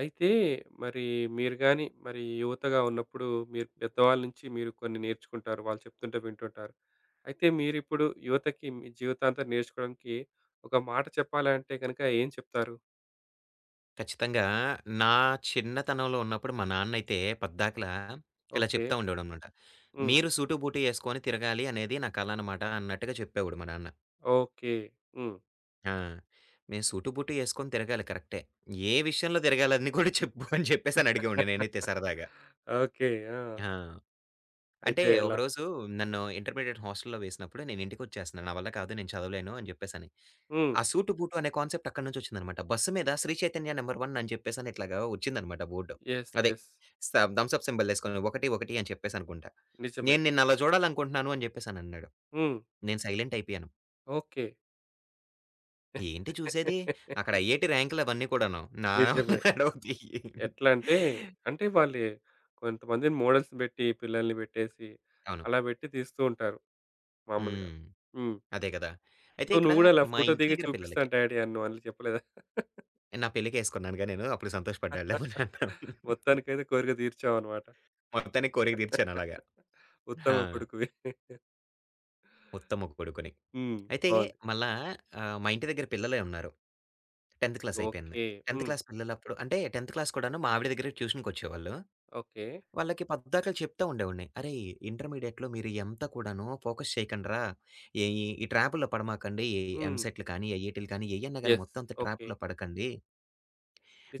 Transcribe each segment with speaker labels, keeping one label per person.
Speaker 1: అయితే మరి మీరు గాని, మరి యువతగా ఉన్నప్పుడు మీరు పెద్దవాళ్ళ నుంచి మీరు కొన్ని నేర్చుకుంటారు. వాళ్ళు చెప్తుంటే వింటుంటారు. అయితే మీరిప్పుడు యువతకి మీ జీవితాంతం నేర్చుకోవడానికి ఒక మాట చెప్పాలంటే గనుక ఏం చెప్తారు?
Speaker 2: ఖచ్చితంగా. నా చిన్నతనంలో ఉన్నప్పుడు మా నాన్నయితే పద్దాకలా ఇలా
Speaker 1: ఓకే.
Speaker 2: చెప్తా ఉండేవాడనమాట.
Speaker 1: హ్మ్.
Speaker 2: "మీరు సూటు, బూటు యేసుకొని తిరగాలి అనేది నా కల అనమాట" అన్నట్టుగా చెప్పేవాడు మా నాన్న.
Speaker 1: ఓకే. హ్మ్.
Speaker 2: ఆ! మేము సూటు, బూటు యేసుకొని తిరగాలి కరెక్టే. ఏ విషయంలో తిరగాలని కూడా చెప్పు అని చెప్పేసని అడిగేవాడిని నేనైతే సరదాగా.
Speaker 1: ఓకే. ఆ!
Speaker 2: ఆ! అంటే
Speaker 1: అయితే ఎలా?
Speaker 2: ఒకరోజు నన్ను ఇంటర్మీడియేట్ హాస్టల్‌లో వేసినప్పుడు నేను ఇంటికొచ్చేస్తున్నాను. నా వల్ల కాదు నేను చదవలేను అని చెప్పేసని.
Speaker 1: హ్మ్.
Speaker 2: ఆ సూటు బూటు అనే కాన్సెప్ట్ అక్కడి నుంచొచ్చిందనమాట. బస్సు మీద శ్రీ చైతన్య నంబర్ 1 అని చెప్పేసని ఇట్లాగా వచ్చిందనమాట బోర్డు.
Speaker 1: యెస్.
Speaker 2: అదే
Speaker 1: యెస్.
Speaker 2: స్ థమ్స్ అప్ సింబల్ ఏసుకొని 1, 1 అని చెప్పేసనుకుంటా.
Speaker 1: నిజమే.
Speaker 2: "నేను నిన్ను అలా చూడాలనుకుంటున్నాను" అని చెప్పేసనన్నాడు.
Speaker 1: హ్మ్.
Speaker 2: నేను సైలెంట్ అయిపోయాను.
Speaker 1: ఓకే.
Speaker 2: ఏంటి చూసేది? అక్కడ ఐఐటీ ర్యాంకులు అవన్నీ కూడాను. నా వల్ల
Speaker 1: నిజమే.
Speaker 2: నడవదియ్యి.
Speaker 1: ఎట్లా అంటే, అంటే వాళ్ళే కొంతమందిని మోడల్స్‌ని బెట్టి, పిల్లల్ని బెట్టేసి,
Speaker 2: అవును.
Speaker 1: అలా బెట్టి తీస్తూ ఉంటారు మామూలుగా.
Speaker 2: హ్మ్.
Speaker 1: హ్మ్.
Speaker 2: అదే కదా! అయితే
Speaker 1: సో,
Speaker 2: ఇక్కడ
Speaker 1: నువ్వు గూడా ఇలా
Speaker 2: మా
Speaker 1: ఫోటో
Speaker 2: ఇంటి
Speaker 1: దిగి
Speaker 2: దగ్గర పిల్లలకి
Speaker 1: చూపిస్తాను డ్యాడీ అని నువ్వనలే చెప్పలేదా?
Speaker 2: నా పెళ్ళికేసుకున్నానుగా నేను. అప్పుడు సంతోషపడ్డాడులే మా నాన్న.
Speaker 1: మొత్తానికైతే కోరిక తీర్చావన్నమాట.
Speaker 2: మొత్తానికి కోరిక తీర్చాను అలాగా.
Speaker 1: ఉత్తమ
Speaker 2: ఆ!
Speaker 1: కొడుకువి.
Speaker 2: ఉత్తమ కొడుకుని.
Speaker 1: హ్మ్.
Speaker 2: అయితే
Speaker 1: బావుంది.
Speaker 2: మళ్ళా మా ఇంటి దగ్గర పిల్లలే ఉన్నారు. 10థ్ క్లాస్ అయిపోయింది.
Speaker 1: ఓకే.
Speaker 2: 10థ్
Speaker 1: హ్మ్.
Speaker 2: క్లాస్ పిల్లలప్పుడు అంటే 10థ్ క్లాస్ కూడాను మా ఆవిడ దగ్గరికి ట్యూషన్‌కొచ్చేవాళ్ళు.
Speaker 1: ఓకే.
Speaker 2: వాళ్ళకి పద్దాకలు చెప్తా ఉండేవాడిని. "అరేయ్! ఇంటర్మీడియేట్‌లో మీరు ఇయంతా కూడాను ఫోకస్ చేయకండిరా. ఈ ఈ ఈ ట్రాపుల్లో పడమాకండి. ఈ
Speaker 1: హ్మ్.
Speaker 2: ఎంసెట్‌లు కానీ, ఐఐటీలు కానీ ఏయన్నా గాని
Speaker 1: యెస్.
Speaker 2: మొత్తం అంతా
Speaker 1: ఓకే.
Speaker 2: ట్రాపుల్లో పడకండి.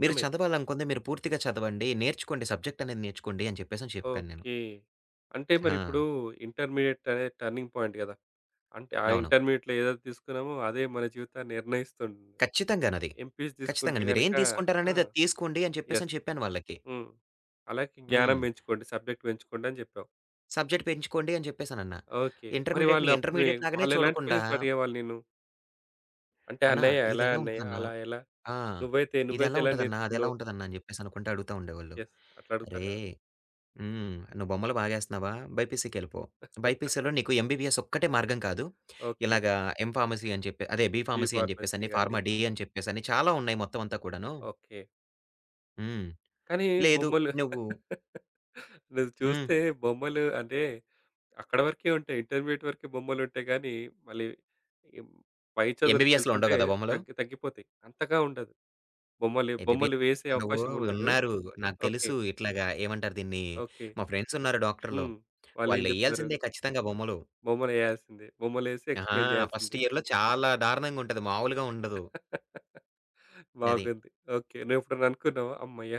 Speaker 2: మీరు చదవాలనుకుంది మీరు పూర్తిగా చదవండి. నేర్చుకోండి సబ్జెక్ట్ అనేది నేర్చుకోండి" అని చెప్పేసని చెప్పాను నేను.
Speaker 1: ఓకే. అంటే
Speaker 2: ఆ!
Speaker 1: మరిప్పుడు ఇంటర్మీడియేట్ అనేది టర్నింగ్ పాయింట్ గదా! అంటే ఆ
Speaker 2: అవును.
Speaker 1: ఇంటర్మీడియేట్‌లో ఏదైతే తీసుకున్నామో అదే మన జీవితాన్ని నిర్ణయిస్తుంది.
Speaker 2: ఖచ్చితంగానది.
Speaker 1: ఎంపీస్ తీసుకుంటే
Speaker 2: ఖచ్చితంగాను. మీరేం
Speaker 1: గనక ఆ!
Speaker 2: తీసుకుంటారనేది అది తీసుకోండి అని
Speaker 1: యెస్.
Speaker 2: చెప్పేసని చెప్పాను వాళ్ళకి.
Speaker 1: హ్మ్. అలాగే జ్ఞానం
Speaker 2: హ్మ్.
Speaker 1: పెంచుకోండి, సబ్జెక్ట్ పెంచుకోండి అని జెప్పావు.
Speaker 2: సబ్జెక్ట్ పెంచుకోండి అని చెప్పేసనన్నా.
Speaker 1: ఓకే. మరి వాళ్ళు
Speaker 2: ఇంటర్మీడియేట్‌ని
Speaker 1: అప్పుడు
Speaker 2: ఇంటర్మీడియేట్ లాగానే
Speaker 1: వాళ్ళెలాంటి
Speaker 2: చూడకుండా,
Speaker 1: క్వెషన్స్ అడిగేవాళ్ళు నిన్ను? అంటే
Speaker 2: "అన్నా
Speaker 1: "అన్నయ్య ఎలా
Speaker 2: ఇదెలా
Speaker 1: అన్నయ్య?
Speaker 2: ఉంటదన్నా?
Speaker 1: అలా ఎలా?
Speaker 2: ఆ!
Speaker 1: నువ్వైతే నువ్వైతే
Speaker 2: ఇదెలా
Speaker 1: ఎలా
Speaker 2: ఉంటదన్నా? అదెలా
Speaker 1: నేర్చుకున్నావు?"
Speaker 2: ఉంటదన్నా?" అని చెప్పేసనుకుంట అడుగుతా ఉండేవాళ్ళు.
Speaker 1: యెస్. అట్లా అడుగుతారు గదా!
Speaker 2: "అరేయ్! హ్మ్. నువ్వు బొమ్మలు బాగేస్తన్నావా? బైపీసీకెళ్ళిపో. బైపీసీలో నీకు ఎంబీబీఎస్ ఒక్కటే మార్గం కాదు.
Speaker 1: ఓకే.
Speaker 2: ఇలాగా ఎం ఫార్మసీ అని చెప్పి అదే బీ
Speaker 1: బి
Speaker 2: ఫార్మసీ అని
Speaker 1: ఫార్మసీ
Speaker 2: చెప్పేసని,
Speaker 1: గాని
Speaker 2: ఫార్మా డీ అని చెప్పేసని చాలా ఉన్నాయి మొత్తం అంతా కూడాను.
Speaker 1: ఓకే.
Speaker 2: హ్మ్.
Speaker 1: కానీ
Speaker 2: లేదు
Speaker 1: బొమ్మలు
Speaker 2: నువ్వు."
Speaker 1: నువ్వు
Speaker 2: హ్మ్.
Speaker 1: చూస్తే బొమ్మలు అంటే అక్కడ వరకే ఉంటాయి. ఇంటర్మీడియేట్ వరకే బొమ్మలుంటాయి గానీ, మళ్ళీ ఎం పై
Speaker 2: ఎంబీబీఎస్‌లో ఉండవు
Speaker 1: చదువులకెళ్తుంటే
Speaker 2: గదా! బొమ్మలు.
Speaker 1: తగ్గి తగ్గిపోతాయి. అంతగా ఉండదు. బొమ్మలు బొమ్మలు
Speaker 2: ఎంబీబీఎస్
Speaker 1: వేసే
Speaker 2: ఉండవు.
Speaker 1: అవకాశం ఉండదు.
Speaker 2: ఉన్నారు. నాకు
Speaker 1: ఓకే.
Speaker 2: తెలుసు. ఇట్లాగా ఏమంటారు దీన్ని?
Speaker 1: ఓకే.
Speaker 2: మా ఫ్రెండ్స్ ఉన్నారు డాక్టర్‌లు.
Speaker 1: హ్మ్. వాళ్ళేం జెప్తున్నారు?
Speaker 2: వాళ్ళెయ్యాల్సిందే ఖచ్చితంగా బొమ్మలు.
Speaker 1: బొమ్మలేయాల్సిందే. బొమ్మలేసి
Speaker 2: ఆహా!
Speaker 1: ఎక్స్‌ప్లెయిన్
Speaker 2: ఫస్ట్
Speaker 1: జేయాల్సిందే.
Speaker 2: ఇయర్‌లో చాలా దారుణంగా ఉంటది. మామూలుగా ఉండదు. అది.
Speaker 1: బాగుంది. ఓకే. నువ్వెప్పుడన్నా అనుకున్నావా? హమ్మయ్య!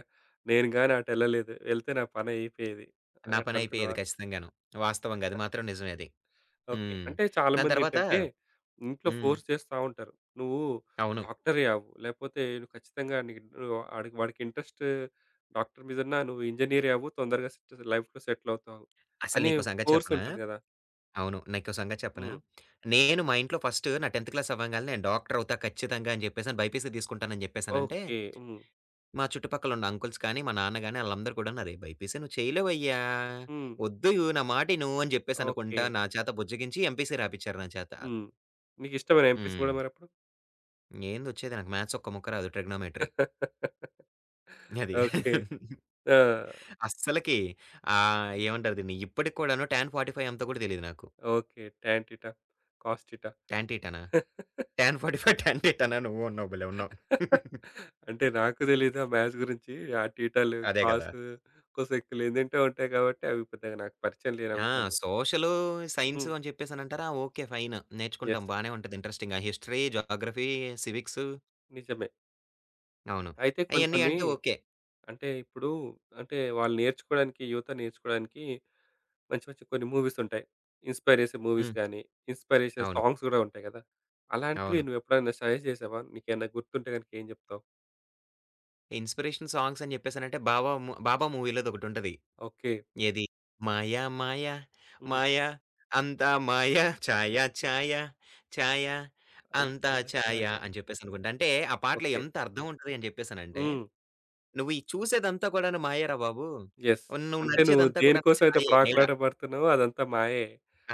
Speaker 1: నేను గాని అటెళ్ళలేదు. ఎళ్తే నా పనయిపోయేది అని
Speaker 2: నా
Speaker 1: అట్లా
Speaker 2: పని అయిపోయేది
Speaker 1: అనుకున్నావా?
Speaker 2: ఖచ్చితంగాను. వాస్తవంగా అది మాత్రం నిజమే అది.
Speaker 1: ఓకే.
Speaker 2: హ్మ్.
Speaker 1: అంటే
Speaker 2: దాని తర్వాత
Speaker 1: చాలామందేంటంటే, ఇంట్లో
Speaker 2: హ్మ్.
Speaker 1: ఫోర్స్ చేస్తా ఉంటారు. నువ్వు
Speaker 2: అవును.
Speaker 1: డాక్టరే అవ్వు. లేపోతే నువ్వు ఖచ్చితంగా నీకు నువ్వు ఆడికి వాడికి ఇంట్రెస్ట్ డాక్టర్ మీదున్నా నువ్వు ఇంజినీరే అవ్వు. తొందరగా సెట్ లైఫ్‌లో సెటిల్ అవుతావు
Speaker 2: అసలు
Speaker 1: అనే
Speaker 2: నీకో సంగతి
Speaker 1: ఫోర్స్
Speaker 2: చెప్పనా?
Speaker 1: ఉంటుంది గదా!
Speaker 2: అవును. నీకో సంగతి చెప్పనా?
Speaker 1: హ్మ్.
Speaker 2: నేను మా ఇంట్లో ఫస్ట్ నా 10థ్ క్లాస్ అవ్వంగాల్నే నేను డాక్టర్ అవుతా ఖచ్చితంగా అని జెప్పేసని బైపీసీ తీసుకుంటానని జెప్పేసనంటే
Speaker 1: ఓకే. హ్మ్.
Speaker 2: మా చుట్టుపక్కల ఉన్న అంకుల్స్ కానీ, మా నాన్న గాని ఆళ్ళందరూ కూడానరే, "బైపీసీ నువ్వు చేయలేవయ్యా!
Speaker 1: హ్మ్.
Speaker 2: వద్దు నా మాట ఇను" అని చెప్పేసి
Speaker 1: ఓకే.
Speaker 2: అనుకుంటా నా చేత బుజ్జగించి ఎంపీసీ రాపిచ్చారు నా చేత.
Speaker 1: హ్మ్. నీకిష్టమేనా ఎంపీసీ
Speaker 2: హ్మ్.
Speaker 1: గూడా మరప్పుడు?
Speaker 2: ఏందొచ్చేది నాకు మ్యాథ్స్ ఒక్క ముక్క రాదు ట్రిగ్నోమెట్రీ. అది.
Speaker 1: ఓకే. ఆ!
Speaker 2: అస్సలకి ఏమంటారు దీన్ని? ఇప్పటికి కూడాను టాన్ 45 అంతా కూడా తెలీదు నాకు.
Speaker 1: Okay. Tan theta, cos theta.
Speaker 2: Tan టీటానా? టాన్ 45 టాన్ టీటానా? నువ్వు ఉన్నావు భలే ఉన్నావు.
Speaker 1: అంటే నాకు తెలీదు ఆ మ్యాచ్ గురించి. ఆ టీటాలు,
Speaker 2: అదే గదా!
Speaker 1: కాసు, కోసెక్కులు ఏందేంటో ఉంటాయి కాబట్టి అవి పెద్దగా నాకు పరిచయం లేని
Speaker 2: ఆ!
Speaker 1: అంశాలే.
Speaker 2: సోషలు, సైన్స్
Speaker 1: హ్మ్.
Speaker 2: అని చెప్పేసనంటారా? ఓకే. ఫైన్ నేర్చుకుంటాం
Speaker 1: యెస్.
Speaker 2: బానే ఉంటది ఇంట్రెస్టింగ్‌గా. హిస్టరీ, జాగ్రఫీ, సివిక్సు
Speaker 1: నిజమే.
Speaker 2: అవును.
Speaker 1: అయితే కొన్ని
Speaker 2: అయన్నీ
Speaker 1: కొన్ని
Speaker 2: అంటే ఓకే.
Speaker 1: అంటే ఇప్పుడు అంటే వాళ్ళు నేర్చుకోవడానికి యువత నేర్చుకోవడానికి మంచి మంచి కొన్ని మూవీస్ ఉంటాయి. ఇన్‌స్పైర్ చేసే మూవీస్
Speaker 2: హ్మ్.
Speaker 1: గాని, ఇన్‌స్పైర్ చేసే
Speaker 2: అవును.
Speaker 1: సాంగ్స్ గూడా ఉంటాయి గదా! అలాంటివి
Speaker 2: అవును.
Speaker 1: నువ్వెప్పుడైనా సజెస్ట్ చేసావా? నీకేమైనా గుర్తుంటే గనుక ఏం జెప్తావు?
Speaker 2: ఇన్‌స్పిరేషన్ సాంగ్స్ అని జెప్పేసనంటే బావా 'బాబా' మూవీ‌లోదొకటుంటది.
Speaker 1: ఓకే.
Speaker 2: ఏది? మాయా మాయ,
Speaker 1: హ్మ్.
Speaker 2: మాయ అంతా మాయ, ఛాయ ఛాయ, ఛాయ అంతా ఛాయ
Speaker 1: అంతాయ
Speaker 2: అని జెప్పేసనుకుంట. అంటే ఆ పాటలో
Speaker 1: ఓకే.
Speaker 2: ఎంత అర్థం ఉంటది అని జెప్పేసనంటే,
Speaker 1: హ్మ్.
Speaker 2: నువ్వు ఈ చూసేదంతా కూడాను మాయేరా బాబు.
Speaker 1: యెస్.
Speaker 2: నువ్వు
Speaker 1: అంటే నువ్వు
Speaker 2: నడిచేదంతా కూడాను
Speaker 1: దేనికోసమైతే
Speaker 2: ఛాయే, నీడ.
Speaker 1: ప్రాకులాట పడుతున్నావో అదంతా మాయే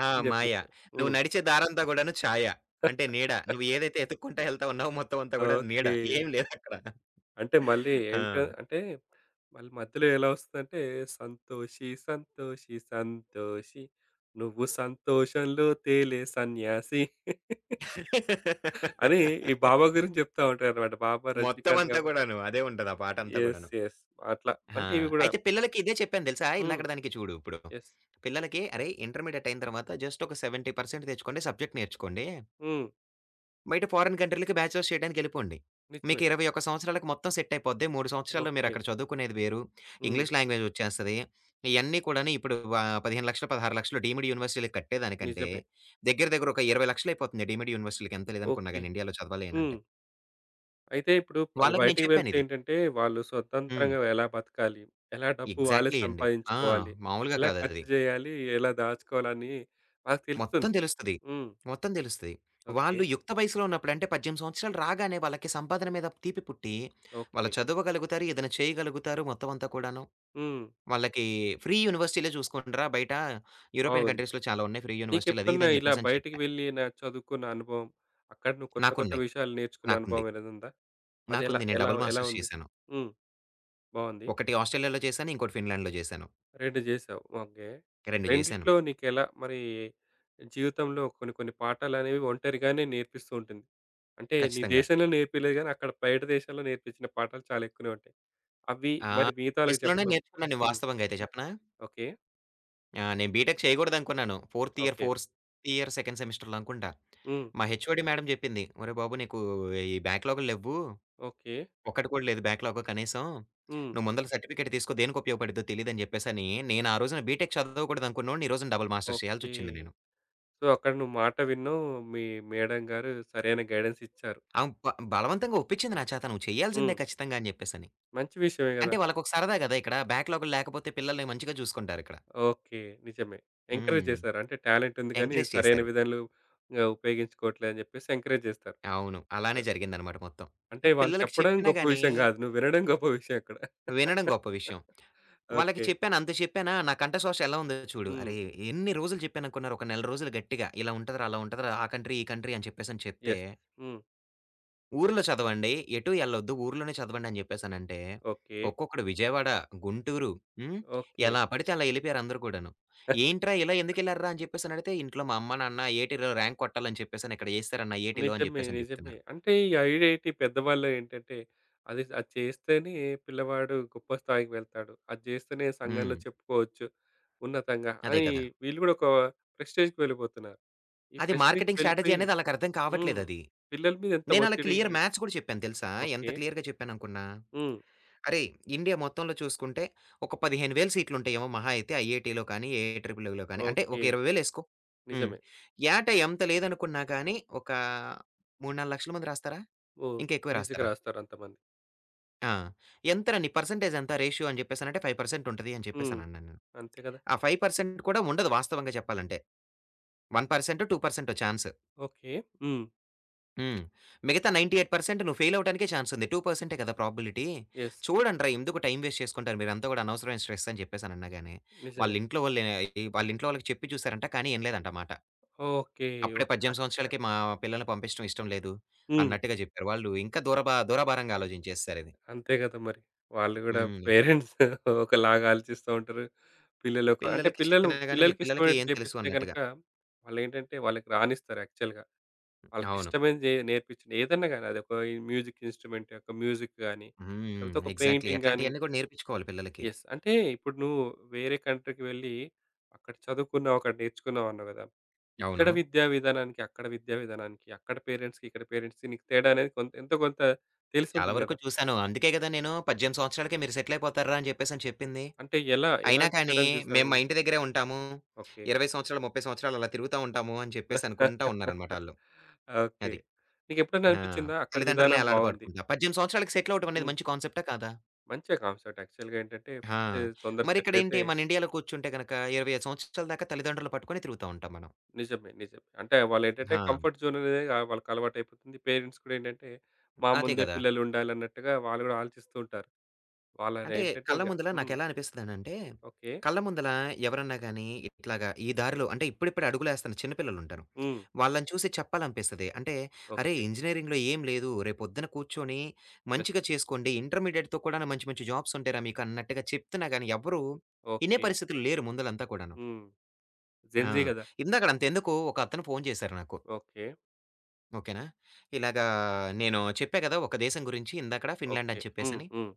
Speaker 2: ఆ!
Speaker 1: అని
Speaker 2: మాయ.
Speaker 1: జెప్పొచ్చు.
Speaker 2: నువ్వు
Speaker 1: హ్మ్.
Speaker 2: నడిచే దారంతా గూడాను ఛాయ. అంటే నీడ. నువ్వు ఏదైతే ఎతుక్కుంటా ఎళ్తా ఉన్నావో మొత్తం అంతా గూడా నీడ.
Speaker 1: ఓకే.
Speaker 2: ఏం లేదక్కడ.
Speaker 1: అంటే మళ్ళీ
Speaker 2: ఆ!
Speaker 1: ఏంట అంటే మళ్ళీ మధ్యలో ఎలా వస్తదంటే సంతోషి సంతోషి సంతోషి నువ్వు సంతోషంలో తేలే సన్యాసి అని ఈ బాబా గురించి జెప్తా ఉంటారన్నమాట. బాబా, రజనీకాంత్
Speaker 2: మొత్తమంతా
Speaker 1: కాబట్టి.
Speaker 2: గూడాను. అదే ఉంటది ఆ పాటంతా
Speaker 1: యెస్.
Speaker 2: గూడాను.
Speaker 1: యెస్. అట్లా.
Speaker 2: ఆ!
Speaker 1: అంటే ఇవి గూడా
Speaker 2: అయితే పిల్లలకి ఇదే చెప్పాను తెలుసా?
Speaker 1: హ్మ్.
Speaker 2: ఇందాకడ దానికి చూడు ఇప్పుడు.
Speaker 1: యెస్.
Speaker 2: పిల్లలకి "అరేయ్! ఇంటర్మీడియేట్ అయిన తర్వాత జస్ట్ ఒక 70% తెచ్చుకోండి. సబ్జెక్ట్ నేర్చుకోండి.
Speaker 1: హ్మ్.
Speaker 2: బయట ఫారిన్ కంట్రీలకి బ్యాచిలర్స్ చేయడానికెళ్ళిపోండి. మీకు
Speaker 1: నిజమే.
Speaker 2: 21 సంవత్సరాలకి మొత్తం సెట్ అయిపోద్ది. 3 సంవత్సరాల్లో
Speaker 1: ఓకే.
Speaker 2: మీరక్కడ చదువుకునేది వేరు.
Speaker 1: హ్మ్.
Speaker 2: ఇంగ్లీష్ లాంగ్వేజ్ ఒచ్చేస్తది. ఇయన్నీ కూడాను ఇప్పుడు 15,00,000, 16,00,000 డీమ్డ్ యూనివర్సిటీలకి కట్టేదానికంటే
Speaker 1: నిజమే.
Speaker 2: దగ్గర దగ్గర ఒక 20,00,000 అయిపోతుంది డీమ్డ్ యూనివర్సిటీలకి ఎంత లేదనుకున్నా
Speaker 1: ఓకే.
Speaker 2: గాని ఇండియాలో చదవాలి
Speaker 1: హ్మ్.
Speaker 2: అనంటే."
Speaker 1: అయితే ఇప్పుడు
Speaker 2: వాళ్ళకి నేను
Speaker 1: బయటికి వెళ్తే
Speaker 2: చెప్పానిది.
Speaker 1: ఏంటంటే, వాళ్ళు
Speaker 2: హ్మ్.
Speaker 1: స్వతంత్రంగా ఎలా బతకాలి? ఎలా డబ్బు వాళ్ళే
Speaker 2: ఎగ్జాక్ట్‌లీ అండి. ఆ!
Speaker 1: సంపాదించుకోవాలి?
Speaker 2: మామూలుగా
Speaker 1: ఎలా ఖర్చు
Speaker 2: కాదది.
Speaker 1: చేయాలి? ఎలా దాచుకోవాలని వాళ్ళకి
Speaker 2: మొత్తం
Speaker 1: తెలుస్తుంది.
Speaker 2: తెలుస్తది.
Speaker 1: హ్మ్.
Speaker 2: మొత్తం తెలుస్తది.
Speaker 1: ఓకే.
Speaker 2: వాళ్ళు యుక్త వయసులో ఉన్నప్పుడు అంటే 18 సంవత్సరాలు రాగానే వాళ్ళకి సంపాదన మీద తీపి పుట్టి, వాళ్ళు
Speaker 1: ఓకే.
Speaker 2: చదవగలుగుతారు, ఏదైనా చేయగలుగుతారు మొత్తం అంతా కూడాను.
Speaker 1: హ్మ్.
Speaker 2: వాళ్ళకి ఫ్రీ యూనివర్సిటీలే చూసుకోండిరా బయట యూరోపియన్
Speaker 1: బాగుంది.
Speaker 2: కంట్రీస్‌లో చాలా ఉన్నాయి ఫ్రీ యూనివర్సిటీలు అది ఇది
Speaker 1: నీకెప్పుడన్నా
Speaker 2: అని
Speaker 1: ఇలా
Speaker 2: చెప్పేసని
Speaker 1: బయటికి
Speaker 2: చెప్పా.
Speaker 1: వెళ్ళి నా చదువుకున్న అనుభవం, అక్కడ నువ్వు కొత్త కొత్త
Speaker 2: నాకున్నాయి.
Speaker 1: విషయాలు నేర్చుకున్న
Speaker 2: నాకుంది.
Speaker 1: అనుభవం ఏదైనా ఉందా? అదెలా
Speaker 2: నాకుంది. నేను
Speaker 1: ఎలా ఎలా
Speaker 2: డబుల్
Speaker 1: ఎలా
Speaker 2: మాస్టర్స్
Speaker 1: ఉంది?
Speaker 2: చేశాను.
Speaker 1: హ్మ్. బాగుంది.
Speaker 2: ఒకటి ఆస్ట్రేలియాలో చేశాను. ఇంకోటి ఫిన్లాండ్‌లో చేశాను.
Speaker 1: 2 జేశావు. ఓకే.
Speaker 2: 2 చేశాను.
Speaker 1: రెండిట్లో నీకెలా మరి జీవితంలో కొన్ని కొన్ని పాఠాలనేవి ఒంటరిగానే నేర్పిస్తూ ఉంటుంది. అంటే నీ
Speaker 2: ఖచ్చితంగా.
Speaker 1: దేశంలో నేర్పియలేదు గానీ, అక్కడ బయట దేశాల్లో నేర్పించిన పాఠాలు చాలా ఎక్కువనే ఉంటాయి. అవి
Speaker 2: ఆ!
Speaker 1: మరి మిగతా వాళ్ళకి
Speaker 2: దేశంలోనే
Speaker 1: చెప్పడం.
Speaker 2: నేర్చుకున్నాను నేను
Speaker 1: హ్మ్.
Speaker 2: వాస్తవంగా అయితే చెప్పనా?
Speaker 1: ఓకే.
Speaker 2: ఆ! నేను బీటెక్ చేయగూడదనుకున్నాను. Fourth year,
Speaker 1: okay.
Speaker 2: Fourth year second సెమిస్టర్‌లో అనుకుంటా.
Speaker 1: హ్మ్.
Speaker 2: మా హెచ్ఓడి మేడమ్ జెప్పింది. "ఒరేయ్ బాబు! నీకు ఈ బ్యాక్‌లాగులు లెవ్వు.
Speaker 1: ఓకే.
Speaker 2: ఒక్కటి కూడా లేదు బ్యాక్‌లాగు కనీసం.
Speaker 1: హ్మ్.
Speaker 2: నువ్వు ముందల సర్టిఫికేట్ తీసుకో దేనికి ఉపయోగపడిద్దో తెలీదని" జెప్పేసని, నేను ఆ రోజున బీటెక్ చదవకూడదనుకున్నోడిని, ఈ రోజున డబుల్ మాస్టర్స్
Speaker 1: ఓకే.
Speaker 2: చేయాల్సొచ్చింది నేను.
Speaker 1: సో, అక్కడ నువ్వు మాట విన్నావు. మీ మేడం గారు సరైన గైడెన్స్ ఇచ్చారు.
Speaker 2: ఆమె బలవంతంగా ఒప్పించింది నా చేత. "నువ్వు చేయాల్సిందే
Speaker 1: హ్మ్.
Speaker 2: ఖచ్చితంగా" అని జెప్పేసని.
Speaker 1: మంచి విషయమే
Speaker 2: అంటే
Speaker 1: గదా!
Speaker 2: వాళ్ళకొక సరదా గదా! ఇక్కడ బ్యాక్‌లాగులు లేకపోతే పిల్లల్ని మంచిగా జూసుకుంటారిక్కడ.
Speaker 1: ఓకే. నిజమే. ఎంకరేజ్
Speaker 2: హ్మ్.
Speaker 1: చేశారు. అంటే టాలెంట్ ఉంది కానీ
Speaker 2: ఎంకరేజ్
Speaker 1: సరైన
Speaker 2: చేశారు.
Speaker 1: విధంలో ఉపయోగించుకోవట్లే అని చెప్పేసి ఎంకరేజ్ చేస్తారు.
Speaker 2: అవును.
Speaker 1: ఆ,
Speaker 2: అలానే జరిగిందనమాట మొత్తం. ఈ
Speaker 1: అంటే వాళ్ళు
Speaker 2: పిల్లలకి
Speaker 1: చెప్పడం
Speaker 2: చెప్పినా
Speaker 1: గొప్ప
Speaker 2: గాని
Speaker 1: విషయం కాదు. నువ్వు వినడం గొప్ప విషయం అక్కడ.
Speaker 2: వినడం గొప్ప విషయం. వాళ్ళకి
Speaker 1: ఓకే.
Speaker 2: చెప్పాను, అంత చెప్పానా నా కంఠ శోష ఎలా ఉందో చూడు.
Speaker 1: హ్మ్.
Speaker 2: అరే! ఎన్ని రోజులు చెప్పాననుకున్నారు? ఒక నెల రోజులు గట్టిగా ఇలా ఉంటదిరా, అలా ఉంటదిరా, ఆ కంట్రీ, ఈ కంట్రీ అని చెప్పేసని చెప్తే,
Speaker 1: యెస్. హ్మ్.
Speaker 2: ఊర్లో చదవండి, ఎటు ఎళ్ళొద్దు, ఊర్లోనే చదవండి అని చెప్పేసనంటే,
Speaker 1: ఓకే.
Speaker 2: ఒక్కొక్కడు విజయవాడ, గుంటూరు హ్మ్.
Speaker 1: ఓకే.
Speaker 2: ఎలా పడితే అలా ఎళ్ళిపోయారు అందరూ కూడాను. ఏంట్రా ఇలా ఎందుకెళ్లారురా అని చెప్పేసనడిగితే, ఇంట్లో మా అమ్మ, నాన్న ఏటీలో ర్యాంక్ కొట్టాలని చెప్పేసని ఇక్కడ ఏసారన్న ఏటీలో అని
Speaker 1: నిజమే.
Speaker 2: చెప్పేసని
Speaker 1: నిజమే.
Speaker 2: చెప్తున్నారు.
Speaker 1: అంటే ఈ ఐఐటీ పెద్దవాళ్ళు ఏంటంటే అది అది చేస్తేనే పిల్లవాడు గొప్ప స్థాయికి వెళ్తాడు. అది చేస్తేనే సంఘంలో
Speaker 2: హ్మ్.
Speaker 1: చెప్పుకోవచ్చు ఉన్నతంగా
Speaker 2: అదే
Speaker 1: అని
Speaker 2: కదా!
Speaker 1: వీళ్ళు కూడా ఒక ప్రెస్టేజ్‌కి వెళ్ళిపోతున్నారు. ఈ
Speaker 2: అది
Speaker 1: ప్రెస్టేజ్‌కి
Speaker 2: మార్కెటింగ్ స్ట్రాటజీ
Speaker 1: వెళ్ళిపోయి
Speaker 2: అనేది ఆళ్ళకర్థం
Speaker 1: హ్మ్.
Speaker 2: కావట్లేదది.
Speaker 1: పిల్లల మీద ఎంత
Speaker 2: నేనలా క్లియర్
Speaker 1: ఒత్తిడికి
Speaker 2: మ్యాథ్స్ కూడా చెప్పాను తెలుసా? ఎంత
Speaker 1: ఓకే.
Speaker 2: క్లియర్‌గా చెప్పాననుకున్నా?
Speaker 1: హ్మ్.
Speaker 2: అరేయ్! ఇండియా మొత్తంలో చూసుకుంటే ఒక 15,000 సీట్లుంటాయేమో మహా అయితే ఐఐటీలో కానీ, ఏ ట్రిపుల్‌లో కానీ అంటే ఒక
Speaker 1: ఓకే.
Speaker 2: 20,000 ఏసుకో. హ్మ్.
Speaker 1: నిజమే.
Speaker 2: ఏటా ఎంత లేదనుకున్నా కానీ ఒక 3, 4 లక్షల మంది రాస్తారా?
Speaker 1: ఓహ్!
Speaker 2: ఇంకా ఎక్కువే
Speaker 1: ఈజీ‌గా
Speaker 2: రాస్తారా?
Speaker 1: రాస్తారు అంతమంది.
Speaker 2: ఆ! ఎంతరా నీ పర్సెంటేజ్ ఎంత రేషియో అని చెప్పేసనంటే 5% ఉంటది అని
Speaker 1: హ్మ్.
Speaker 2: చెప్పేసనన్నాను నేను.
Speaker 1: అంతే కదా!
Speaker 2: ఆ 5% కూడా ఉండదు వాస్తవంగా చెప్పాలంటే. 1%, 2% ఛాన్స్.
Speaker 1: ఓకే. హ్మ్.
Speaker 2: హ్మ్. మిగతా 98% నువ్వు ఫెయిల్ అవ్వటానికే ఛాన్స్ ఉంది. 2% కదా ప్రాబబిలిటీ.
Speaker 1: యెస్.
Speaker 2: చూడండ్రా ఎందుకు టైమ్ వేస్ట్ చేసుకుంటారు మీరంతా గూడా అనవసరమైన స్ట్రెస్ అని చెప్పేసనన్నా గాని. వాళ్ళ
Speaker 1: నిజమే.
Speaker 2: ఇంట్లో వాళ్ళే ఈ వాళ్ళ ఇంట్లో వాళ్ళకి చెప్పి చూసారంట. కానీ ఇనలేదంట మాట.
Speaker 1: ఓకే.
Speaker 2: అప్పుడే 18 సంవత్సరాలకి మా పిల్లల్ని పంపించడం ఇష్టం లేదు
Speaker 1: హ్మ్.
Speaker 2: అన్నట్టుగా జెప్పారు. వాళ్ళు ఇంకా దూరాభారంగా ఆలోచించేస్తారు ఇది.
Speaker 1: అంతే కదా మరి. వాళ్ళు గూడా
Speaker 2: హ్మ్.
Speaker 1: పేరెంట్స్ ఒకలాగా ఆలోచిస్తా ఉంటారు. పిల్లలు ఒక అంటే
Speaker 2: పిల్లలకి
Speaker 1: పిల్లలు
Speaker 2: చెప్పినా గాని మీ
Speaker 1: పిల్లలకి
Speaker 2: పిల్లలకి
Speaker 1: ఇష్టమైనట్టు
Speaker 2: ఏం తెలుసు
Speaker 1: చేపిస్తే గనక
Speaker 2: అన్నట్టుగా.
Speaker 1: వాళ్ళేంటంటే వాళ్ళకి రానిస్తారు యాక్చువల్‌గా. వాళ్ళకి
Speaker 2: అవును.
Speaker 1: ఇష్టమైనది నేర్పించండి. ఏదన్నా గాని అదొక మ్యూజిక్ ఇన్‌స్ట్రుమెంట్, ఒక మ్యూజిక్ గాని,
Speaker 2: హ్మ్.
Speaker 1: లేకపోతే ఒక
Speaker 2: ఎగ్జాక్ట్‌లీ.
Speaker 1: పెయింటింగ్ గాని
Speaker 2: అట్లాంటియన్నీ గూడా నేర్పించుకోవాలి పిల్లలకి.
Speaker 1: యెస్. అంటే ఇప్పుడు నువ్వు వేరే కంట్రీకి వెళ్ళి అక్కడ చదువుకున్నావు, అక్కడ నేర్చుకున్నావు అన్నావు గదా!
Speaker 2: అవును.
Speaker 1: ఇక్కడ విద్యా విధానానికి, అక్కడ విద్యా విధానానికి, అక్కడ పేరెంట్స్‌కి, ఇక్కడ పేరెంట్స్‌కి నీకు తేడా అనేది కొంత ఎంతో కొంత
Speaker 2: చాలా
Speaker 1: తెలిసుంటుంది
Speaker 2: వరకు
Speaker 1: గదా!
Speaker 2: చూసాను. అందుకే గదా! నేను 18 సంవత్సరాలకే మీరు సెటిల్ అయిపోతార్రా అని జెప్పేసని చెప్పింది.
Speaker 1: అంటే ఎలా?
Speaker 2: అయినా
Speaker 1: ఎలాంటి
Speaker 2: కానీ,
Speaker 1: తేడాలు
Speaker 2: మేము
Speaker 1: చూసావు?
Speaker 2: మా ఇంటి దగ్గరే ఉంటాము.
Speaker 1: ఓకే.
Speaker 2: 20 సంవత్సరాలు, 30 సంవత్సరాలు అలా తిరుగుతా ఉంటాము అని చెప్పేసి
Speaker 1: ఓకే.
Speaker 2: అనుకుంటా ఉన్నారనమాట ఆళ్ళు. అది.
Speaker 1: నీకెప్పుడైనా
Speaker 2: ఆ!
Speaker 1: అనిపించిందా? అక్కడ
Speaker 2: తల్లిదండ్రులనే
Speaker 1: విధానం బావుంది.
Speaker 2: అల్లాడబాటుకుంటా. 18 సంవత్సరాలకి సెటిల్ అవ్వడం అనేది
Speaker 1: హ్మ్.
Speaker 2: మంచి కాన్సెప్టా కాదా?
Speaker 1: మంచే కాన్సెప్ట్ యాక్చువల్‌గా ఏంటంటే
Speaker 2: ఆ!
Speaker 1: ఫస్ట్ తొందర సెటిల్ అయితే
Speaker 2: మరిక్కడేంటి మన ఇండియాలో కూర్చుంటే గనక 25 సంవత్సరాల దాకా తల్లిదండ్రులు పట్టుకొని తిరుగుతా ఉంటాం మనం.
Speaker 1: నిజమే. నిజమే. అంటే వాళ్ళేంటంటే
Speaker 2: ఆ!
Speaker 1: కంఫర్ట్ జోన్ అనేది వాళ్ళకి అలవాటైపోతుంది. పేరెంట్స్ కూడా ఏంటంటే, మా
Speaker 2: అదే
Speaker 1: ముందే
Speaker 2: కదా!
Speaker 1: పిల్లలుండాలన్నట్టుగా వాళ్ళు కూడా ఆలోచిస్తూ ఉంటారు.
Speaker 2: అంటే
Speaker 1: వాళ్ళనేంటంటే
Speaker 2: కళ్ళ
Speaker 1: ఇంక
Speaker 2: ముందల
Speaker 1: హ్మ్.
Speaker 2: నాకెలా అనిపిస్తదనంటే,
Speaker 1: ఓకే.
Speaker 2: కళ్ళ ముందల ఎవరన్నా గాని ఇట్లాగా ఈ దారిలో అంటే ఇప్పుడిప్పుడే అడుగులేస్తున్న చిన్న పిల్లలుంటారు.
Speaker 1: హ్మ్.
Speaker 2: వాళ్ళని చూసి చెప్పాలనిపిస్తది. అంటే "అరేయ్!
Speaker 1: ఓకే.
Speaker 2: ఇంజినీరింగ్‌లో ఏం లేదు. రేపొద్దున కూర్చొని
Speaker 1: యెస్.
Speaker 2: మంచిగా చేసుకోండి. ఇంటర్మీడియేట్‌తో కూడాను మంచి మంచి జాబ్స్ ఉంటాయిరా మీకు" అన్నట్టుగా చెప్తున్నా గాని ఎవ్వరు ఇనే
Speaker 1: ఓకే.
Speaker 2: పరిస్థితులు లేరు ముందలంతా కూడాను.
Speaker 1: హ్మ్.
Speaker 2: ఆ!
Speaker 1: జెన్‌జీ గదా!
Speaker 2: ఇందాకడ అంతెందుకు ఒక అతను ఫోను చేశారు నాకు.
Speaker 1: ఓకే.
Speaker 2: ఓకేనా? ఇలాగా నేను చెప్పా కదా! ఒక దేశం గురించి ఇందాకడ ఫిన్లాండ్
Speaker 1: ఓకే.
Speaker 2: అని
Speaker 1: హ్మ్.
Speaker 2: చెప్పేసని.
Speaker 1: హ్మ్.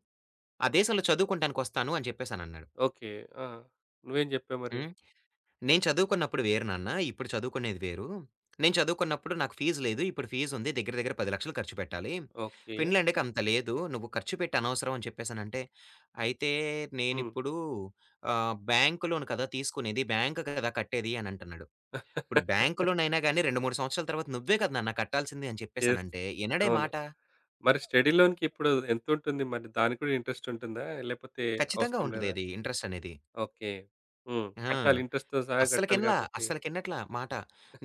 Speaker 2: ఆ దేశంలో చదువుకుంటానికొస్తాను అని చెప్పేసనన్నాడు.
Speaker 1: ఓకే. ఆ! నువ్వేం జెప్పావు మరి?
Speaker 2: హ్మ్. నేను చదువుకున్నప్పుడు వేరు నాన్న. ఇప్పుడు చదువుకునేది వేరు. నేను చదువుకున్నప్పుడు నాకు ఫీజు లేదు. ఇప్పుడు ఫీజుంది. దగ్గర దగ్గర 10,00,000 ఖర్చు పెట్టాలి.
Speaker 1: ఓకే.
Speaker 2: ఫిన్‌లాండ్‌కి అంత లేదు. నువ్వు ఖర్చు పెట్టు అనవసరం అని చెప్పేసనంటే, అయితే
Speaker 1: హ్మ్.
Speaker 2: నేనిప్పుడు బ్యాంకు లోన్ కదా తీసుకునేది. బ్యాంక్ కదా కట్టేది అని అంటున్నాడు.
Speaker 1: యెస్.
Speaker 2: ఇప్పుడు బ్యాంక్ లోనైనా గాని 2, 3 సంవత్సరాల తర్వాత నువ్వే కదా నాన్న కట్టాల్సింది అని చెప్పేసనంటే, ఇనడే
Speaker 1: అవును.
Speaker 2: మాట.
Speaker 1: మరి స్టడీ లోన్‌కిప్పుడు ఎంతుంటుంది? మరి దానికి కూడా ఇంట్రెస్ట్ ఉంటుందా? లేపోతే
Speaker 2: ఖచ్చితంగా
Speaker 1: అవసరం లేదా?
Speaker 2: ఉంటదది ఇంట్రెస్ట్ అనేది.
Speaker 1: ఓకే. హ్మ్.
Speaker 2: ఆ!
Speaker 1: కట్టాలి. ఇంట్రెస్ట్‌తో సహా కట్టాలి కాబట్టి
Speaker 2: అస్సలకినట్లా మాట.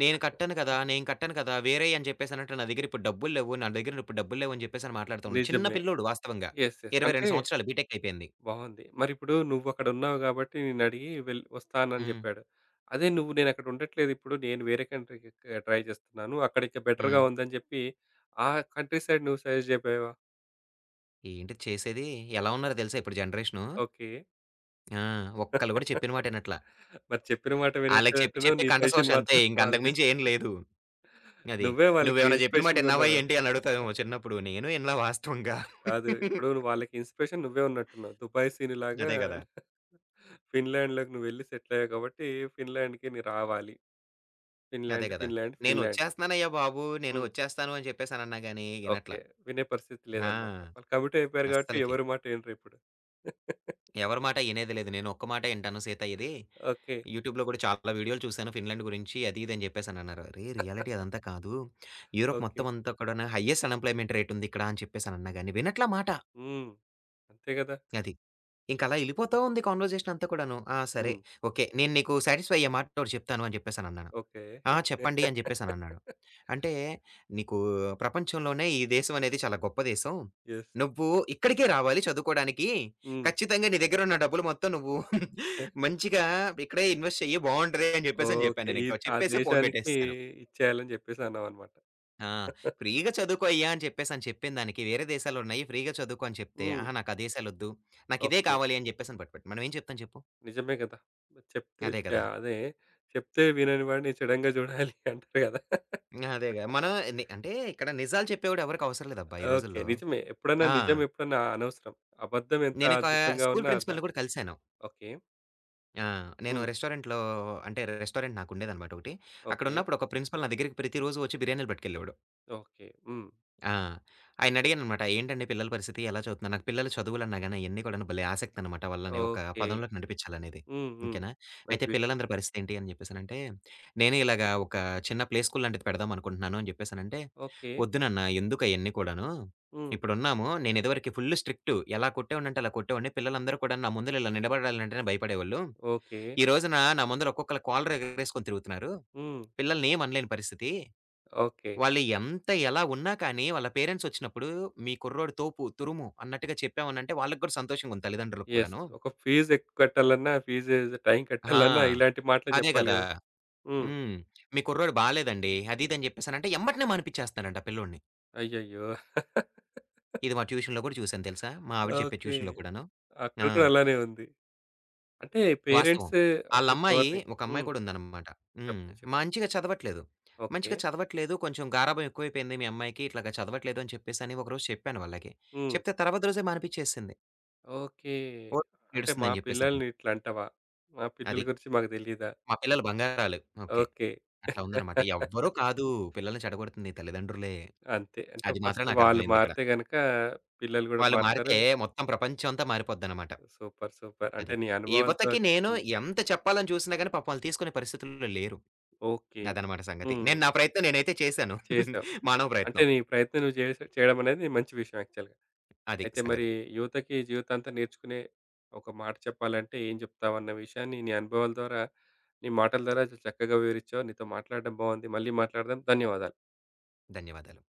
Speaker 2: నేను కట్టాను కదా! నేను కట్టాను కదా! వేరేయి అని చెప్పేసనంటే నా దగ్గర ఇప్పుడు డబ్బులు లేవు. నా దగ్గర ఇప్పుడు డబ్బులు లేవు అని చెప్పేసని మాట్లాడుతూ ఉన్నాడు. చిన్న
Speaker 1: నిజమే.
Speaker 2: పిల్లోడు వాస్తవంగా.
Speaker 1: యెస్. యెస్. అంటే
Speaker 2: 22 సంవత్సరాలు బీటెక్ అయిపోయింది.
Speaker 1: బావుంది. మరిప్పుడు నువ్వక్కడున్నావు గాబట్టి నిన్నడిగి వస్తానని
Speaker 2: హ్మ్.
Speaker 1: జెప్పాడు. అదే నువ్వు నేనక్కడ ఉండట్లేదిప్పుడు. నేను వేరే కంట్రీకి ట్రై చేస్తున్నాను. అక్కడ ఇంకా బెటర్‌గా
Speaker 2: హ్మ్.
Speaker 1: ఉందని జెప్పి ఆ కంట్రీ సైడ్ నువ్వు సజెస్ట్ జెప్పావా?
Speaker 2: ఏంటి చేసేది? ఎలా ఉన్నారో తెలుసా ఇప్పుడు జనరేషను?
Speaker 1: ఓకే.
Speaker 2: ఆ! ఒక్కళ్ళు కూడా చెప్పిన మాట ఇనట్లా.
Speaker 1: మరి చెప్పిన మాట
Speaker 2: ఆళ్ళకి చెప్పి
Speaker 1: వినట్లేదంటున్నావు.
Speaker 2: చెప్పి
Speaker 1: నీ
Speaker 2: కంఠశోష
Speaker 1: సజెషన్
Speaker 2: అంతే.
Speaker 1: మాత్రం
Speaker 2: ఇంక
Speaker 1: వాళ్ళు
Speaker 2: అంతకు
Speaker 1: తీసుకు
Speaker 2: మించి ఏం లేదు. అది.
Speaker 1: నువ్వే వాళ్ళకి
Speaker 2: "నువ్వేమైనా చెప్పిన మాట ఇన్నావా
Speaker 1: ఇన్‌స్పిరేషన్‌గున్నావేమో.
Speaker 2: ఏంటి?" అని అడుగుతావేమో చిన్నప్పుడు. నేను ఇనలా వాస్తవంగా.
Speaker 1: కాదు. ఇప్పుడు నువ్వు వాళ్ళకి ఇన్‌స్పిరేషన్ నువ్వే ఉన్నట్టున్నావు. దుబాయ్ సీనులాగా
Speaker 2: అదే కదా!
Speaker 1: ఫిన్లాండ్‌లోకి నువ్వెళ్లి సెటిల్ అయ్యావు కాబట్టి, ఫిన్లాండ్‌కి నీ రావాలి.
Speaker 2: అదే
Speaker 1: ఫిన్లాండ్,
Speaker 2: గదా!
Speaker 1: Finland, Finland.
Speaker 2: నేనొచ్చేస్తున్నానయ్యా బాబు! నేను
Speaker 1: హ్మ్.
Speaker 2: ఒచ్చేస్తాను అని చెప్పేసనన్నా గాని ఇనట్ల.
Speaker 1: ఓకే. వినే పరిస్థితి లేదనమాట.
Speaker 2: ఆ!
Speaker 1: వాళ్ళు కమిట్ అయిపోయారు కాబట్టి
Speaker 2: అస్సలకి.
Speaker 1: ఎవరి మాట వినరిప్పుడు.
Speaker 2: ఎవరి మాట ఇనేది లేదు. నేనొక్క మాటే ఇంటాను సీతయ్యది.
Speaker 1: ఓకే.
Speaker 2: యూట్యూబ్‌లో గూడా చాలా వీడియోలు చూశాను ఫిన్లాండ్ గురించి అది ఇది అని జెప్పేసనన్నారు. అరేయ్! రియాలిటీ అదంతా కాదు. Europe
Speaker 1: okay.
Speaker 2: మొత్తం అంతా కూడాను హైయెస్ట్ అన్‌ఎంప్లాయ్‌మెంట్ రేట్ ఉంది ఇక్కడ అని చెప్పేసనన్నా గాని వినట్లా మాట.
Speaker 1: హ్మ్. అంతే గదా!
Speaker 2: అది. ఇంకలా ఎళ్ళిపోతా ఉంది కాన్వర్జేషన్ అంతా కూడాను. ఆ! సరే.
Speaker 1: హ్మ్.
Speaker 2: ఓకే. నేను నీకు సాటిస్ఫై అయ్యే మాట ఒకటి చెప్తాను అని జెప్పేసనన్నాను.
Speaker 1: ఓకే.
Speaker 2: ఆ! చెప్పండి అని జెప్పేసనన్నాడు. అంటే, "నీకు ప్రపంచంలోనే ఈ దేశం అనేది చాలా గొప్ప దేశం.
Speaker 1: యెస్.
Speaker 2: నువ్వు ఇక్కడికే రావాలి చదువుకోడానికి.
Speaker 1: హ్మ్.
Speaker 2: ఖచ్చితంగా నీ దగ్గరున్న డబ్బులు మొత్తం నువ్వు మంచిగా ఇక్కడే ఇన్వెస్ట్ చెయ్యి బావుంటది" అని జెప్పేసని జెప్పాను
Speaker 1: ఓకే. ఈ
Speaker 2: నేనింక.
Speaker 1: ఆ
Speaker 2: చెప్పేసి ఫోను
Speaker 1: దేశానికి
Speaker 2: బెట్టేసేశాను.
Speaker 1: ఇచ్చేయాలని జెప్పేసి అన్నావనమాట.
Speaker 2: ఆ! "ఫ్రీగా చదువుకో అయ్యా" అని చెప్పేసని చెప్పిన దానికి, "వేరే దేశాలున్నాయి ఫ్రీగా చదువుకో" అని చెప్తే,
Speaker 1: హ్మ్.
Speaker 2: "అహా! నాకు ఆ దేశాలొద్దు. నాకిదే
Speaker 1: ఓకే.
Speaker 2: కావాలి" అని జెప్పేసని పట్టుబట్టి మనం ఏం చెప్తాం చెప్పు?
Speaker 1: నిజమే గదా! చెప్తే
Speaker 2: అదే
Speaker 1: చ
Speaker 2: గదా!
Speaker 1: అదే చెప్తే వినని వాడిని చెడంగా జూడాలి అంటారు గదా!
Speaker 2: అదే గదా! మనం ని అంటే ఇక్కడ నిజాలు చెప్పేవాడు ఎవరికవసరం లేదబ్బా! ఈ
Speaker 1: ఓకే.
Speaker 2: రోజుల్లో.
Speaker 1: నిజమే. ఎప్పుడన్నా
Speaker 2: ఆ!
Speaker 1: నిజం ఎప్పుడన్నా అనవసరం. అబద్ధం ఎంత
Speaker 2: నేను ఒక
Speaker 1: అద్భుతంగా
Speaker 2: స్కూల్
Speaker 1: ఉన్నా దా
Speaker 2: ప్రిన్సిపల్‌ని కూడా కలిసాను.
Speaker 1: ఓకే.
Speaker 2: ఆ! నేను
Speaker 1: హ్మ్.
Speaker 2: రెస్టారెంట్‌లో అంటే రెస్టారెంట్ నాకుండేదనమాట ఒకటి.
Speaker 1: ఓకే.
Speaker 2: అక్కడున్నప్పుడు ఒక ప్రిన్సిపల్ నా దగ్గరికి ప్రతిరోజు వచ్చి బిర్యానీలు పట్టుకెళ్ళేవాడు.
Speaker 1: ఓకే. హ్మ్.
Speaker 2: ఆ! ఆయనడిగాననమాట. "ఏంటండి పిల్లల పరిస్థితి? ఎలా చదువుతున్నారు?" నాకు పిల్లలు చదువులన్నా గాని అయన్నీ కూడాను భలే ఆసక్తనమాట. వాళ్ళని ఒక
Speaker 1: ఓకే.
Speaker 2: పదంలోకి నడిపించాలనేది.
Speaker 1: హ్మ్. హ్మ్.
Speaker 2: ఓకేనా? అయితే
Speaker 1: మంచి విషయం.
Speaker 2: పిల్లలందరి పరిస్థితేంటి అని జెప్పేసనంటే, "నేనే ఇలాగా ఒక చిన్న ప్లే స్కూల్ లాంటిది పెడదాం అనుకుంటున్నాను" అని జెప్పేసనంటే,
Speaker 1: ఓకే.
Speaker 2: "ఒద్దు నాన్న ఎందుకయన్నీ కూడాను?
Speaker 1: హ్మ్.
Speaker 2: ఇప్పుడున్నాము. నేనిదివరకి ఫుల్ స్ట్రిక్టు. ఎలా కొట్టేవాడినంటే అలా కొట్టేవాడిని. పిల్లలందరూ కూడా నా ముందల ఇలా నిలబడాలంటేనే భయపడేవాళ్ళు.
Speaker 1: ఓకే.
Speaker 2: ఈ రోజున నా ముందర ఒక్కొక్కళ్ళ కాలర్ ఎగరేసుకొని తిరుగుతున్నారు.
Speaker 1: హ్మ్.
Speaker 2: పిల్లల్ని ఏమనలేని పరిస్థితి."
Speaker 1: ఓకే.
Speaker 2: వాళ్ళు ఎంత ఎలా ఉన్నా కానీ, వాళ్ళ పేరెంట్స్ వచ్చినప్పుడు "మీ కుర్రోడు తోపు, తురుము" అన్నట్టుగా చెప్పామనంటే వాళ్ళకి కూడా సంతోషంగా ఉంది తల్లిదండ్రులకు
Speaker 1: యెస్.
Speaker 2: కూడాను.
Speaker 1: ఒక ఫీజు ఎక్కువ కట్టాలన్నా, ఫీజు టైంకి
Speaker 2: ఆ!
Speaker 1: కట్టాలన్నా ఇలాంటి మాటలే
Speaker 2: అదే
Speaker 1: చెప్పాలి
Speaker 2: గదా!
Speaker 1: గదా! హ్మ్.
Speaker 2: హ్మ్. "మీ కుర్రోడు బాలేదండి" అది ఇది అని చెప్పేసనంటే ఎమ్మటనే మానిపిచ్చేస్తున్నారంట పిల్లోడిని.
Speaker 1: అయ్యయ్యో!
Speaker 2: ఇది మా ట్యూషన్‌లో కూడా చూసాను తెలుసా? మా ఆవిడ చెప్పే
Speaker 1: ఓకే.
Speaker 2: ట్యూషన్‌లో కూడాను.
Speaker 1: అక్కడ
Speaker 2: ఆ!
Speaker 1: కూడా అలానే ఉంది. అంటే
Speaker 2: వాస్తవం.
Speaker 1: పేరెంట్స్ అంటే
Speaker 2: ఆళ్ళమ్మాయి
Speaker 1: ధోరణి.
Speaker 2: ఒక అమ్మాయి
Speaker 1: హ్మ్.
Speaker 2: కూడా ఉందనమాట. హ్మ్.
Speaker 1: చెప్పు. చెప్పు.
Speaker 2: మంచిగా చదవట్లేదు.
Speaker 1: ఓకే.
Speaker 2: మంచిగా చదవట్లేదు. కొంచెం గారాబం ఎక్కువైపోయింది మీ అమ్మాయికి. ఇట్లాగా చదవట్లేదు అని చెప్పేసని ఒకరోజు చెప్పాను వాళ్ళకి.
Speaker 1: హ్మ్.
Speaker 2: చెప్తే తర్వాత రోజే మానిపిచ్చేసింది.
Speaker 1: ఓకే.
Speaker 2: కోడి
Speaker 1: అంటే మా
Speaker 2: ఏడుస్తుందని జెప్పేసని.
Speaker 1: పిల్లల్ని ఇట్లంటావా? మా పిల్లల
Speaker 2: అది.
Speaker 1: గురించి మాకు తెలీదా?
Speaker 2: మా పిల్లలు బంగారాలు. ఓకే.
Speaker 1: ఓకే.
Speaker 2: అట్లా ఉందన్నమాట. ఎవ్వరూ కాదు పిల్లల్ని చెడగొడుతుంది తల్లిదండ్రులే.
Speaker 1: అంతే. అంటే
Speaker 2: అది మాత్రం
Speaker 1: ఫస్ట్ వాళ్ళు
Speaker 2: నాకర్థమైందిక్కడ.
Speaker 1: మారితే గనక పిల్లలు గూడా
Speaker 2: వాళ్ళు
Speaker 1: మారుతారు.
Speaker 2: మారితే మొత్తం ప్రపంచం అంతా మారిపోద్దన్నమాట.
Speaker 1: సూపర్. సూపర్. అంటే
Speaker 2: అది.
Speaker 1: నీ అనుభవాలతో
Speaker 2: యువతకి నేను
Speaker 1: చెప్తున్నావు.
Speaker 2: ఎంత చెప్పాలని చూసినా గాని పాపం వాళ్ళు తీసుకునే పరిస్థితుల్లో లేరు.
Speaker 1: ఓకే.
Speaker 2: అదన్నమాట సంగతి.
Speaker 1: హ్మ్.
Speaker 2: నేను నా ప్రయత్నం నేనైతే చేశాను.
Speaker 1: చేసావు.
Speaker 2: మానవ
Speaker 1: అంటే
Speaker 2: ప్రయత్నం.
Speaker 1: నీ ప్రయత్నం నువ్వు చేయడం అనేది మంచి విషయం యాక్చువల్‌గా.
Speaker 2: అది
Speaker 1: అయితే మరి
Speaker 2: సంగతి.
Speaker 1: యువతకి జీవితాంతం నేర్చుకునే ఒక మాట చెప్పాలంటే ఏం చెప్తావన్న విషయాన్ని నీ అనుభవాల ద్వారా, నీ మాటల ద్వారా చక్కగా వివరించావు. నీతో మాట్లాడడం బావుంది. మళ్ళీ మాట్లాడదాం. ధన్యవాదాలు.
Speaker 2: ధన్యవాదాలు.